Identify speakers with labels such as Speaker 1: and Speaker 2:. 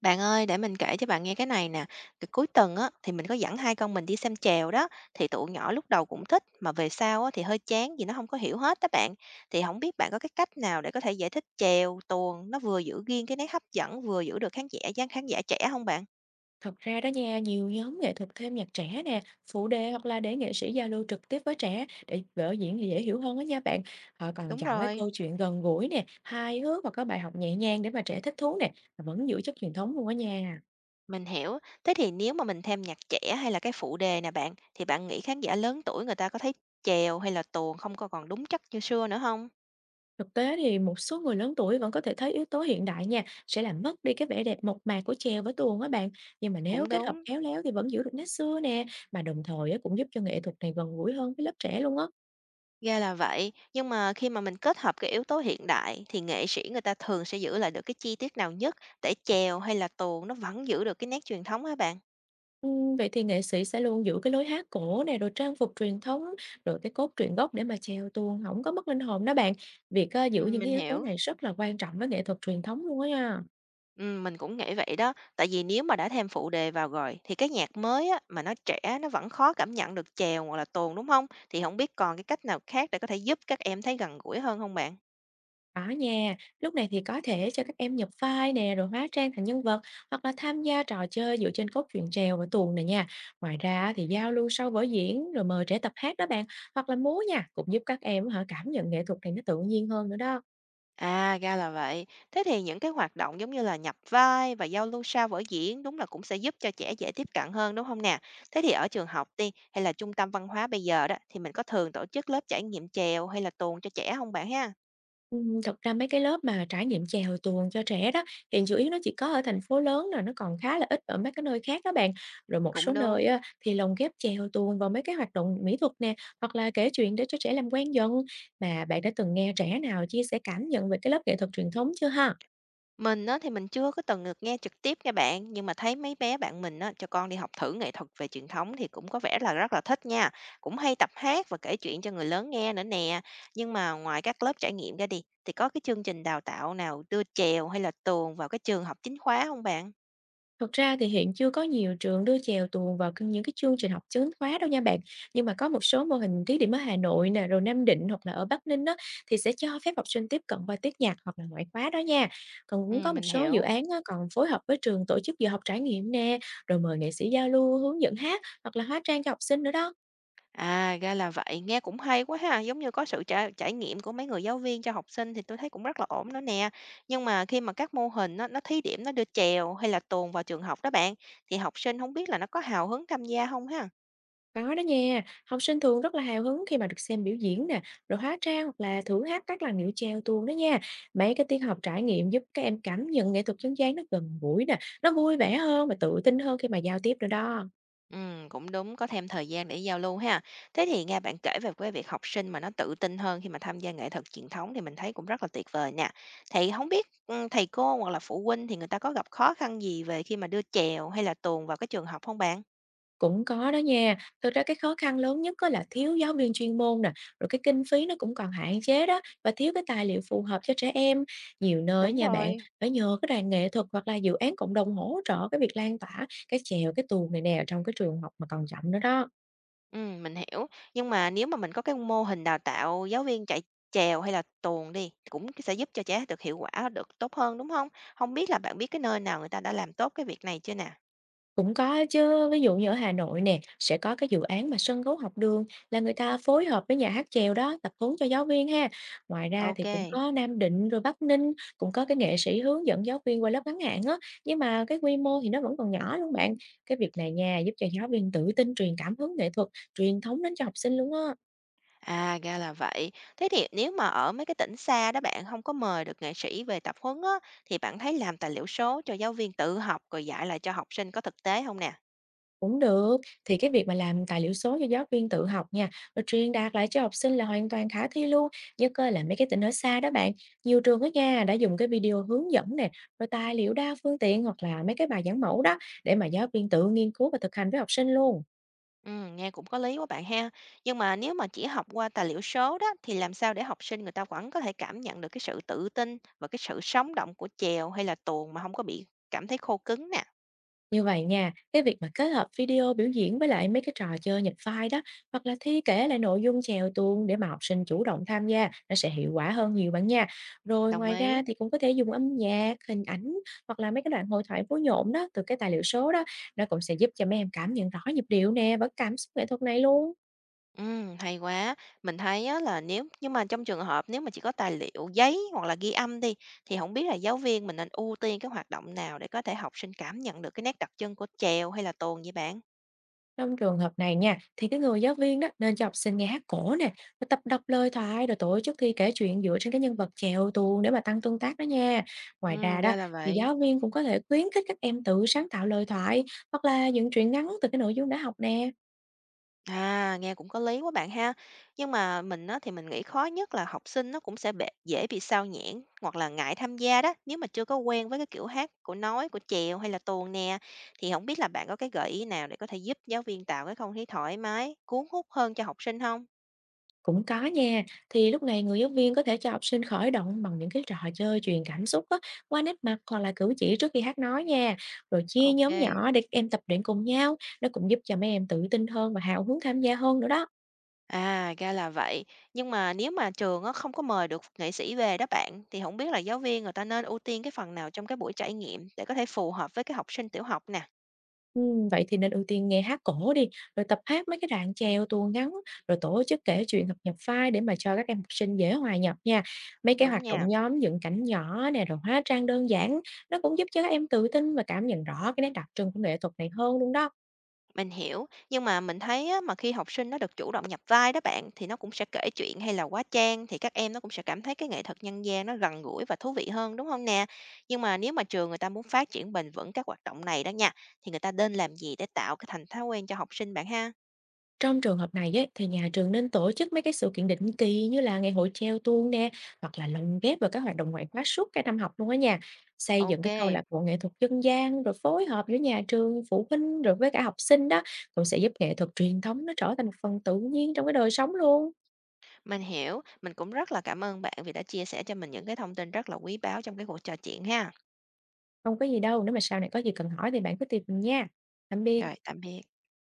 Speaker 1: Bạn ơi, để mình kể cho bạn nghe cái này nè. Cái cuối tuần á, thì mình có dẫn hai con mình đi xem chèo đó. Thì tụi nhỏ lúc đầu cũng thích, mà về sau á, thì hơi chán vì nó không có hiểu hết đó bạn. Thì không biết bạn có cái cách nào để có thể giải thích chèo, tuồng, nó vừa giữ riêng cái nét hấp dẫn, vừa giữ được khán giả, dáng khán giả trẻ không bạn?
Speaker 2: Thật ra đó nha, nhiều nhóm nghệ thuật thêm nhạc trẻ nè, phụ đề hoặc là để nghệ sĩ giao lưu trực tiếp với trẻ để vở diễn dễ hiểu hơn đó nha bạn. Họ còn
Speaker 1: Đúng
Speaker 2: chọn cái
Speaker 1: rồi.
Speaker 2: câu chuyện gần gũi nè, hài hước và có bài học nhẹ nhàng để mà trẻ thích thú nè, và vẫn giữ chất truyền thống luôn đó nha.
Speaker 1: Mình hiểu. Thế thì nếu mà mình thêm nhạc trẻ hay là cái phụ đề nè bạn, thì bạn nghĩ khán giả lớn tuổi người ta có thấy chèo hay là tuồng không có còn đúng chất như xưa nữa không?
Speaker 2: Thực tế thì một số người lớn tuổi vẫn có thể thấy yếu tố hiện đại nha, sẽ làm mất đi cái vẻ đẹp mộc mạc của chèo với tuồng á bạn. Nhưng mà nếu
Speaker 1: Cũng
Speaker 2: kết hợp
Speaker 1: đúng.
Speaker 2: khéo léo thì vẫn giữ được nét xưa nè, mà đồng thời á, cũng giúp cho nghệ thuật này gần gũi hơn với lớp trẻ luôn á.
Speaker 1: Ra là vậy, nhưng mà khi mà mình kết hợp cái yếu tố hiện đại thì nghệ sĩ người ta thường sẽ giữ lại được cái chi tiết nào nhất để chèo hay là tuồng nó vẫn giữ được cái nét truyền thống hả bạn?
Speaker 2: Vậy thì nghệ sĩ sẽ luôn giữ cái lối hát cổ này rồi trang phục truyền thống, rồi cái cốt truyện gốc để mà treo tuồng, không có mất linh hồn đó bạn. Việc,
Speaker 1: Ừ,
Speaker 2: giữ những cái
Speaker 1: mình
Speaker 2: yếu tố
Speaker 1: hiểu.
Speaker 2: này rất là quan trọng với nghệ thuật truyền thống luôn á nha.
Speaker 1: Ừ, mình cũng nghĩ vậy đó, tại vì nếu mà đã thêm phụ đề vào rồi thì cái nhạc mới á, mà nó trẻ nó vẫn khó cảm nhận được chèo hoặc là tuồng đúng không? Thì không biết còn cái cách nào khác để có thể giúp các em thấy gần gũi hơn không bạn?
Speaker 2: Đó nha, lúc này thì có thể cho các em nhập vai nè, rồi hóa trang thành nhân vật, hoặc là tham gia trò chơi dựa trên cốt truyện trèo và tuồng này nha. Ngoài ra thì giao lưu sau vở diễn, rồi mời trẻ tập hát đó bạn, hoặc là múa nha, cũng giúp các em hả, cảm nhận nghệ thuật này nó tự nhiên hơn nữa đó.
Speaker 1: À, ra là vậy. Thế thì những cái hoạt động giống như là nhập vai và giao lưu sau vở diễn đúng là cũng sẽ giúp cho trẻ dễ tiếp cận hơn đúng không nè? Thế thì ở trường học đi hay là trung tâm văn hóa bây giờ đó thì mình có thường tổ chức lớp trải nghiệm chèo hay là tuồng cho trẻ không bạn ha?
Speaker 2: Thật ra mấy cái lớp mà trải nghiệm chèo tuồng cho trẻ đó, hiện chủ yếu nó chỉ có ở thành phố lớn nè, nó còn khá là ít ở mấy cái nơi khác đó bạn. Rồi một số
Speaker 1: Cũng
Speaker 2: nơi
Speaker 1: đúng.
Speaker 2: á, thì lồng ghép chèo tuồng vào mấy cái hoạt động mỹ thuật nè, hoặc là kể chuyện để cho trẻ làm quen dần. Mà bạn đã từng nghe trẻ nào chia sẻ cảm nhận về cái lớp nghệ thuật truyền thống chưa ha?
Speaker 1: Mình á, thì mình chưa có từng được nghe trực tiếp nha bạn, nhưng mà thấy mấy bé bạn mình á, cho con đi học thử nghệ thuật về truyền thống thì cũng có vẻ là rất là thích nha. Cũng hay tập hát và kể chuyện cho người lớn nghe nữa nè. Nhưng mà ngoài các lớp trải nghiệm ra đi, thì có cái chương trình đào tạo nào đưa chèo hay là tuồng vào cái trường học chính khóa không bạn?
Speaker 2: Thực ra thì hiện chưa có nhiều trường đưa chèo tuồng vào những cái chương trình học chính khóa đâu nha bạn. Nhưng mà có một số mô hình thí điểm ở Hà Nội nè, rồi Nam Định hoặc là ở Bắc Ninh đó thì sẽ cho phép học sinh tiếp cận qua tiết nhạc hoặc là ngoại khóa đó nha. Còn
Speaker 1: Ừ,
Speaker 2: cũng có một
Speaker 1: mình
Speaker 2: số dự
Speaker 1: hiểu.
Speaker 2: án á, còn phối hợp với trường tổ chức giờ học trải nghiệm nè, rồi mời nghệ sĩ giao lưu, hướng dẫn hát hoặc là hóa trang cho học sinh nữa đó.
Speaker 1: À, ra là vậy, nghe cũng hay quá ha, giống như có sự trải trải nghiệm của mấy người giáo viên cho học sinh thì tôi thấy cũng rất là ổn đó nè. Nhưng mà khi mà các mô hình nó thí điểm nó đưa chèo hay là tuồng vào trường học đó bạn, thì học sinh không biết là nó có hào hứng tham gia không ha?
Speaker 2: Có đó nha, học sinh thường rất là hào hứng khi mà được xem biểu diễn nè, rồi hóa trang hoặc là thử hát các làn điệu chèo tuồng đó nha. Mấy cái tiết học trải nghiệm giúp các em cảm nhận nghệ thuật dân gian nó gần gũi nè, nó vui vẻ hơn và tự tin hơn khi mà giao tiếp nữa đó.
Speaker 1: Cũng đúng, có thêm thời gian để giao lưu ha. Thế thì nghe bạn kể về cái việc học sinh mà nó tự tin hơn khi mà tham gia nghệ thuật truyền thống thì mình thấy cũng rất là tuyệt vời nè. Thì không biết, thầy cô hoặc là phụ huynh thì người ta có gặp khó khăn gì về khi mà đưa chèo hay là tuồng vào cái trường học không bạn?
Speaker 2: Cũng có đó nha, thực ra cái khó khăn lớn nhất có là thiếu giáo viên chuyên môn nè, rồi cái kinh phí nó cũng còn hạn chế đó và thiếu cái tài liệu phù hợp cho trẻ em. Nhiều nơi
Speaker 1: Đúng
Speaker 2: nha bạn
Speaker 1: rồi.
Speaker 2: phải nhờ cái đoàn nghệ thuật hoặc là dự án cộng đồng hỗ trợ cái việc lan tỏa cái chèo cái tuồng này nè trong cái trường học mà còn chậm nữa đó.
Speaker 1: Mình hiểu. Nhưng mà nếu mà mình có cái mô hình đào tạo giáo viên chạy chèo hay là tuồng đi, cũng sẽ giúp cho trẻ được hiệu quả được tốt hơn, đúng không không biết là bạn biết cái nơi nào người ta đã làm tốt cái việc này chưa nè?
Speaker 2: Cũng có á chứ, ví dụ như ở Hà Nội nè, sẽ có cái dự án mà sân khấu học đường là người ta phối hợp với nhà hát chèo đó, tập huấn cho giáo viên ha. Ngoài ra thì
Speaker 1: Ok,
Speaker 2: cũng có Nam Định rồi Bắc Ninh, cũng có cái nghệ sĩ hướng dẫn giáo viên qua lớp ngắn hạn á, nhưng mà cái quy mô thì nó vẫn còn nhỏ luôn bạn. Cái việc này nha, giúp cho giáo viên tự tin truyền cảm hứng nghệ thuật, truyền thống đến cho học sinh luôn á.
Speaker 1: à, ra là vậy. Thế thì nếu mà ở mấy cái tỉnh xa đó bạn không có mời được nghệ sĩ về tập huấn á, thì bạn thấy làm tài liệu số cho giáo viên tự học rồi dạy lại cho học sinh có thực tế không nè?
Speaker 2: Cũng được, thì cái việc mà làm tài liệu số cho giáo viên tự học nha, rồi truyền đạt lại cho học sinh là hoàn toàn khả thi luôn, nhất á là mấy cái tỉnh ở xa đó bạn. Nhiều trường ở nha đã dùng cái video hướng dẫn nè, rồi tài liệu đa phương tiện hoặc là mấy cái bài giảng mẫu đó để mà giáo viên tự nghiên cứu và thực hành với học sinh luôn.
Speaker 1: Nghe cũng có lý quá bạn ha. Nhưng mà nếu mà chỉ học qua tài liệu số đó thì làm sao để học sinh người ta vẫn có thể cảm nhận được cái sự tự tin và cái sự sống động của chèo hay là tuồng mà không có bị cảm thấy khô cứng nè.
Speaker 2: Như vậy nha, cái việc mà kết hợp video biểu diễn với lại mấy cái trò chơi nhập vai đó hoặc là thi kể lại nội dung chèo tuồng để mà học sinh chủ động tham gia nó sẽ hiệu quả hơn nhiều bạn nha. Rồi
Speaker 1: Đồng
Speaker 2: ngoài
Speaker 1: ý.
Speaker 2: ra thì cũng có thể dùng âm nhạc, hình ảnh hoặc là mấy cái đoạn hội thoại phối nhộn đó từ cái tài liệu số đó, nó cũng sẽ giúp cho mấy em cảm nhận rõ nhịp điệu nè và cảm xúc nghệ thuật này luôn.
Speaker 1: Hay quá. Mình thấy á, là nếu nhưng mà trong trường hợp nếu mà chỉ có tài liệu giấy hoặc là ghi âm đi thì không biết là giáo viên mình nên ưu tiên cái hoạt động nào để có thể học sinh cảm nhận được cái nét đặc trưng của chèo hay là tuồng vậy bạn?
Speaker 2: Trong trường hợp này nha, thì cái người giáo viên đó nên cho học sinh nghe hát cổ nè, rồi tập đọc lời thoại rồi tổ chức thi kể chuyện dựa trên cái nhân vật chèo tuồng để mà tăng tương tác đó nha. Ngoài ra
Speaker 1: Ừ,
Speaker 2: đó,
Speaker 1: ra là
Speaker 2: thì
Speaker 1: vậy.
Speaker 2: giáo viên cũng có thể khuyến khích các em tự sáng tạo lời thoại hoặc là dựng truyện ngắn từ cái nội dung đã học nè.
Speaker 1: À, nghe cũng có lý quá bạn ha. Nhưng mà mình á, thì mình nghĩ khó nhất là học sinh nó cũng sẽ bệ, dễ bị sao nhãng hoặc là ngại tham gia đó. Nếu mà chưa có quen với cái kiểu hát của nói, của chèo hay là tuồng nè, thì không biết là bạn có cái gợi ý nào để có thể giúp giáo viên tạo cái không khí thoải mái, cuốn hút hơn cho học sinh không?
Speaker 2: Cũng có nha, thì lúc này người giáo viên có thể cho học sinh khởi động bằng những cái trò chơi truyền cảm xúc á, qua nét mặt hoặc là cử chỉ trước khi hát nói nha. Rồi chia
Speaker 1: Ok,
Speaker 2: nhóm nhỏ để các em tập luyện cùng nhau, nó cũng giúp cho mấy em tự tin hơn và hào hứng tham gia hơn nữa đó.
Speaker 1: à, ra là vậy. Nhưng mà nếu mà trường á, không có mời được nghệ sĩ về đó bạn, thì không biết là giáo viên người ta nên ưu tiên cái phần nào trong cái buổi trải nghiệm để có thể phù hợp với cái học sinh tiểu học nè.
Speaker 2: Vậy thì nên ưu tiên nghe hát cổ đi, rồi tập hát mấy cái đoạn chèo, tuồng ngắn, rồi tổ chức kể chuyện hoặc nhập vai để mà cho các em học sinh dễ hòa nhập nha. Mấy cái
Speaker 1: Đúng
Speaker 2: hoạt động
Speaker 1: nha.
Speaker 2: nhóm dựng cảnh nhỏ nè, rồi hóa trang đơn giản, nó cũng giúp cho các em tự tin và cảm nhận rõ cái nét đặc trưng của nghệ thuật này hơn luôn đó.
Speaker 1: Mình hiểu, nhưng mà mình thấy á, mà khi học sinh nó được chủ động nhập vai đó bạn thì nó cũng sẽ kể chuyện hay là hóa trang thì các em nó cũng sẽ cảm thấy cái nghệ thuật nhân gian nó gần gũi và thú vị hơn đúng không nè? Nhưng mà nếu mà trường người ta muốn phát triển bền vững các hoạt động này đó nha thì người ta nên làm gì để tạo cái thành thói quen cho học sinh bạn ha?
Speaker 2: Trong trường hợp này ấy, thì nhà trường nên tổ chức mấy cái sự kiện định kỳ như là ngày hội treo tuôn nè hoặc là lồng ghép vào các hoạt động ngoại khóa suốt cả năm học luôn á nha. Xây dựng
Speaker 1: Ok,
Speaker 2: cái câu lạc bộ nghệ thuật dân gian rồi phối hợp giữa nhà trường, phụ huynh rồi với cả học sinh đó cũng sẽ giúp nghệ thuật truyền thống nó trở thành một phần tự nhiên trong cái đời sống luôn.
Speaker 1: mình hiểu. Mình cũng rất là cảm ơn bạn vì đã chia sẻ cho mình những cái thông tin rất là quý báu trong cái cuộc trò chuyện ha.
Speaker 2: Không có gì đâu, nếu mà sau này có gì cần hỏi thì bạn cứ tìm mình nha. Tạm
Speaker 1: Rồi,
Speaker 2: biệt.
Speaker 1: tạm biệt.